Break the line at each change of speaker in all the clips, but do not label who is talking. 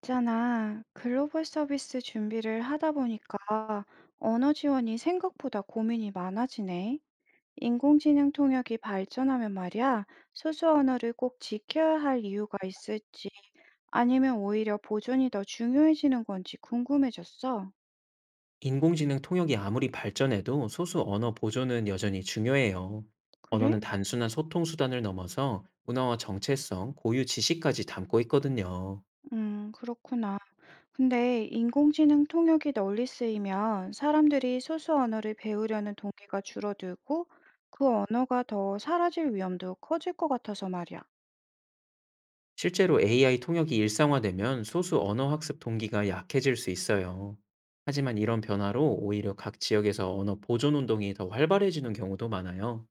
있잖아, 글로벌 서비스 준비를 하다 보니까 언어 지원이 생각보다 고민이 많아지네. 인공지능 통역이 발전하면 말이야, 소수 언어를 꼭 지켜야 할 이유가 있을지, 아니면 오히려 보존이 더 중요해지는 건지 궁금해졌어.
인공지능 통역이 아무리 발전해도 소수 언어 보존은 여전히 중요해요. 언어는
그래?
단순한 소통 수단을 넘어서 문화와 정체성, 고유 지식까지 담고 있거든요.
그렇구나. 근데 인공지능 통역이 널리 쓰이면 사람들이 소수 언어를 배우려는 동기가 줄어들고 그 언어가 더 사라질 위험도 커질 것 같아서 말이야.
실제로 AI 통역이 일상화되면 소수 언어 학습 동기가 약해질 수 있어요. 하지만 이런 변화로 오히려 각 지역에서 언어 보존 운동이 더 활발해지는 경우도 많아요.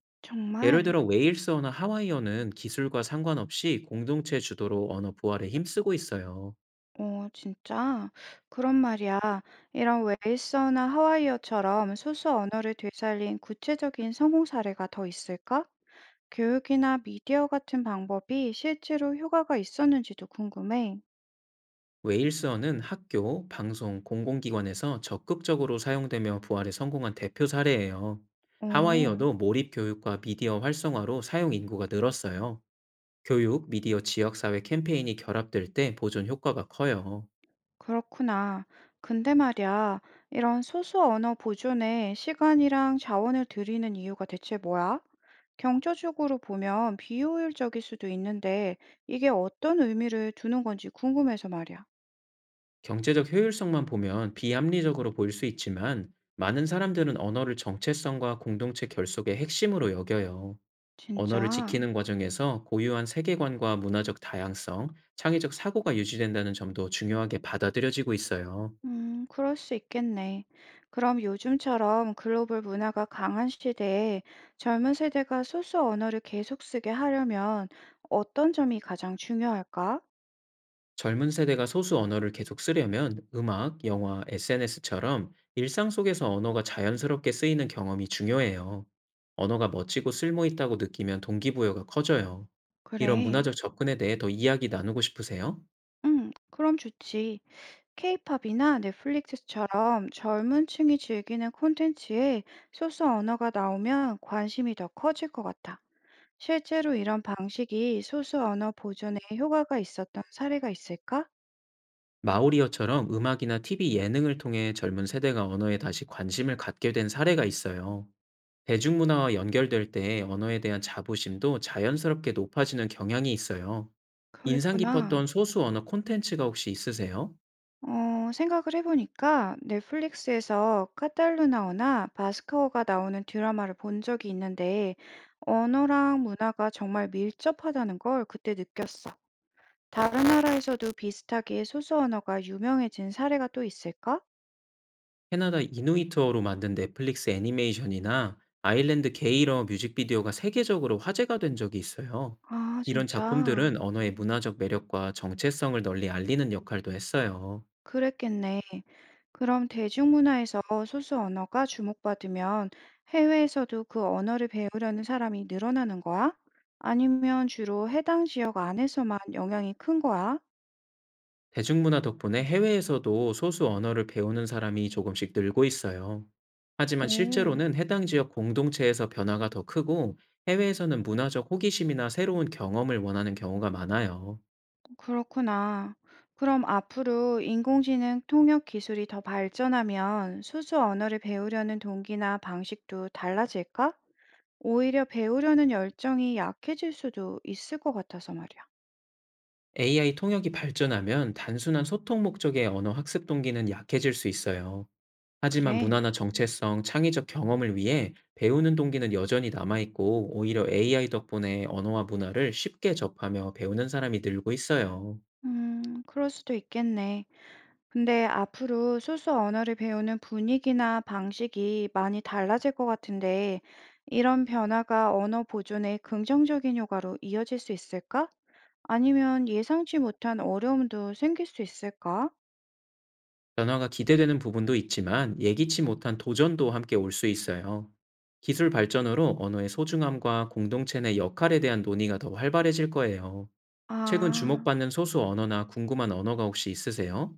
예를
정말?
들어 웨일스어나 하와이어는 기술과 상관없이 공동체 주도로 언어 부활에 힘쓰고 있어요.
어, 진짜? 그런 말이야. 이런 웨이서나 하와이어처럼 소수 언어를 되살린 구체적인 성공 사례가 더 있을까? 교육이나 미디어 같은 방법이 실제로 효과가 있었는지도 궁금해.
웨일스어는 학교, 방송, 공공기관에서 적극적으로 사용되며 부활에 성공한 대표 사례예요.
어.
하와이어도 몰입 교육과 미디어 활성화로 사용 인구가 늘었어요. 교육, 미디어 지역사회 캠페인이 결합될 때 보존 효과가 커요.
그렇구나. 근데 말이야, 이런 소수 언어 보존에 시간이랑 자원을 들이는 이유가 대체 뭐야? 경제적으로 보면 비효율적일 수도 있는데, 이게 어떤 의미를 두는 건지 궁금해서 말이야.
경제적 효율성만 보면 비합리적으로 보일 수 있지만 많은 사람들은 언어를 정체성과 공동체 결속의 핵심으로 여겨요. 언어를
진짜?
지키는 과정에서 고유한 세계관과 문화적 다양성, 창의적 사고가 유지된다는 점도 중요하게 받아들여지고 있어요.
그럴 수 있겠네. 그럼 요즘처럼 글로벌 문화가 강한 시대에 젊은 세대가 소수 언어를 계속 쓰게 하려면 어떤 점이 가장 중요할까?
젊은 세대가 소수 언어를 계속 쓰려면 음악, 영화, SNS처럼 일상 속에서 언어가 자연스럽게 쓰이는 경험이 중요해요. 언어가 멋지고 쓸모 있다고 느끼면 동기부여가 커져요. 이런
그래.
문화적 접근에 대해 더 이야기 나누고 싶으세요?
응, 그럼 좋지. 케이팝이나 넷플릭스처럼 젊은 층이 즐기는 콘텐츠에 소수 언어가 나오면 관심이 더 커질 것 같아. 실제로 이런 방식이 소수 언어 보존에 효과가 있었던 사례가 있을까?
마오리어처럼 음악이나 TV 예능을 통해 젊은 세대가 언어에 다시 관심을 갖게 된 사례가 있어요. 대중문화와 연결될 때 언어에 대한 자부심도 자연스럽게 높아지는 경향이 있어요. 인상
그랬구나.
깊었던 소수 언어 콘텐츠가 혹시 있으세요?
어, 생각을 해보니까 넷플릭스에서 카탈루나어나 바스크어가 나오는 드라마를 본 적이 있는데 언어랑 문화가 정말 밀접하다는 걸 그때 느꼈어. 다른 나라에서도 비슷하게 소수 언어가 유명해진 사례가 또 있을까?
캐나다 이누이트어로 만든 넷플릭스 애니메이션이나 아일랜드 게이러 뮤직비디오가 세계적으로 화제가 된 적이 있어요.
아,
이런
진짜.
작품들은 언어의 문화적 매력과 정체성을 널리 알리는 역할도 했어요.
그랬겠네. 그럼 대중문화에서 소수 언어가 주목받으면 해외에서도 그 언어를 배우려는 사람이 늘어나는 거야? 아니면 주로 해당 지역 안에서만 영향이 큰 거야?
대중문화 덕분에 해외에서도 소수 언어를 배우는 사람이 조금씩 늘고 있어요. 하지만
오,
실제로는 해당 지역 공동체에서 변화가 더 크고 해외에서는 문화적 호기심이나 새로운 경험을 원하는 경우가 많아요.
그렇구나. 그럼 앞으로 인공지능 통역 기술이 더 발전하면 소수 언어를 배우려는 동기나 방식도 달라질까? 오히려 배우려는 열정이 약해질 수도 있을 것 같아서 말이야.
AI 통역이 발전하면 단순한 소통 목적의 언어 학습 동기는 약해질 수 있어요. 하지만
그래.
문화나 정체성, 창의적 경험을 위해 배우는 동기는 여전히 남아있고 오히려 AI 덕분에 언어와 문화를 쉽게 접하며 배우는 사람이 늘고 있어요.
그럴 수도 있겠네. 근데 앞으로 소수 언어를 배우는 분위기나 방식이 많이 달라질 것 같은데, 이런 변화가 언어 보존에 긍정적인 효과로 이어질 수 있을까? 아니면 예상치 못한 어려움도 생길 수 있을까?
변화가 기대되는 부분도 있지만 예기치 못한 도전도 함께 올 수 있어요. 기술 발전으로 언어의 소중함과 공동체 내 역할에 대한 논의가 더 활발해질 거예요. 최근
아,
주목받는 소수 언어나 궁금한 언어가 혹시 있으세요?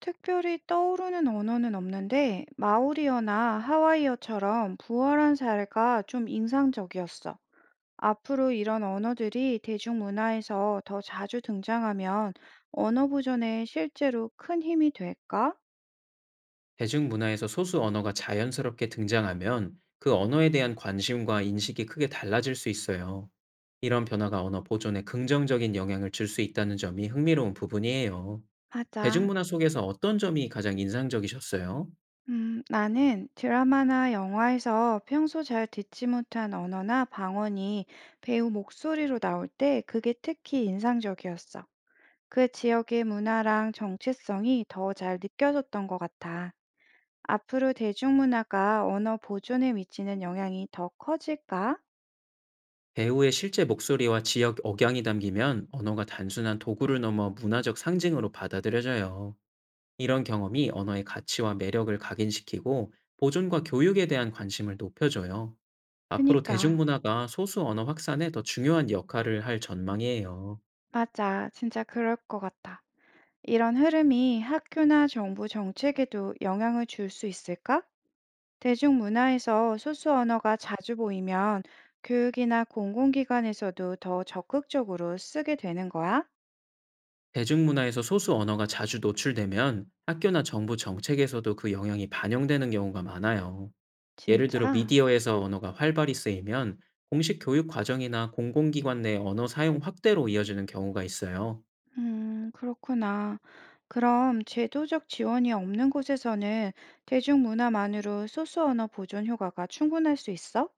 특별히 떠오르는 언어는 없는데, 마오리어나 하와이어처럼 부활한 사례가 좀 인상적이었어. 앞으로 이런 언어들이 대중문화에서 더 자주 등장하면 언어 보존에 실제로 큰 힘이 될까?
대중문화에서 소수 언어가 자연스럽게 등장하면 그 언어에 대한 관심과 인식이 크게 달라질 수 있어요. 이런 변화가 언어 보존에 긍정적인 영향을 줄 수 있다는 점이 흥미로운 부분이에요.
맞아.
대중문화 속에서 어떤 점이 가장 인상적이셨어요?
나는 드라마나 영화에서 평소 잘 듣지 못한 언어나 방언이 배우 목소리로 나올 때 그게 특히 인상적이었어. 그 지역의 문화랑 정체성이 더 잘 느껴졌던 것 같아. 앞으로 대중문화가 언어 보존에 미치는 영향이 더 커질까?
배우의 실제 목소리와 지역 억양이 담기면 언어가 단순한 도구를 넘어 문화적 상징으로 받아들여져요. 이런 경험이 언어의 가치와 매력을 각인시키고 보존과 교육에 대한 관심을 높여줘요. 앞으로
그니까.
대중문화가 소수 언어 확산에 더 중요한 역할을 할 전망이에요.
맞아. 진짜 그럴 것 같아. 이런 흐름이 학교나 정부 정책에도 영향을 줄 수 있을까? 대중문화에서 소수 언어가 자주 보이면 교육이나 공공기관에서도 더 적극적으로 쓰게 되는 거야?
대중문화에서 소수 언어가 자주 노출되면 학교나 정부 정책에서도 그 영향이 반영되는 경우가 많아요. 예를
진짜?
들어 미디어에서 언어가 활발히 쓰이면 공식 교육 과정이나 공공기관 내 언어 사용 확대로 이어지는 경우가 있어요.
그렇구나. 그럼 제도적 지원이 없는 곳에서는 대중문화만으로 소수 언어 보존 효과가 충분할 수 있어?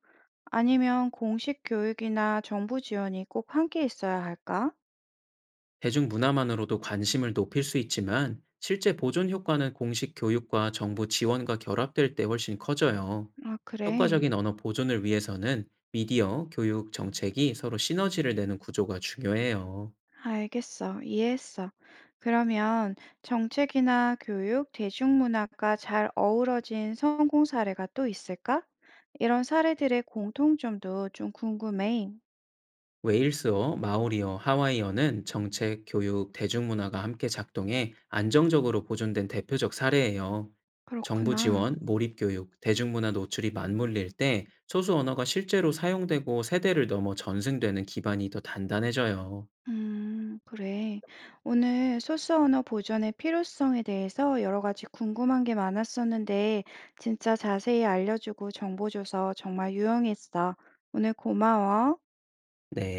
아니면 공식 교육이나 정부 지원이 꼭 함께 있어야 할까?
대중문화만으로도 관심을 높일 수 있지만 실제 보존 효과는 공식 교육과 정부 지원과 결합될 때 훨씬 커져요.
아, 그래.
효과적인 언어 보존을 위해서는 미디어, 교육, 정책이 서로 시너지를 내는 구조가 중요해요.
알겠어. 이해했어. 그러면 정책이나 교육, 대중문화가 잘 어우러진 성공 사례가 또 있을까? 이런 사례들의 공통점도 좀 궁금해.
웨일스어, 마오리어, 하와이어는 정책, 교육, 대중문화가 함께 작동해 안정적으로 보존된 대표적 사례예요. 정부
그렇구나.
지원, 몰입 교육, 대중문화 노출이 맞물릴 때 소수 언어가 실제로 사용되고 세대를 넘어 전승되는 기반이 더 단단해져요.
그래. 오늘 소스 언어 보존의 필요성에 대해서 여러 가지 궁금한 게 많았었는데, 진짜 자세히 알려주고 정보 줘서 정말 유용했어. 오늘 고마워.
네.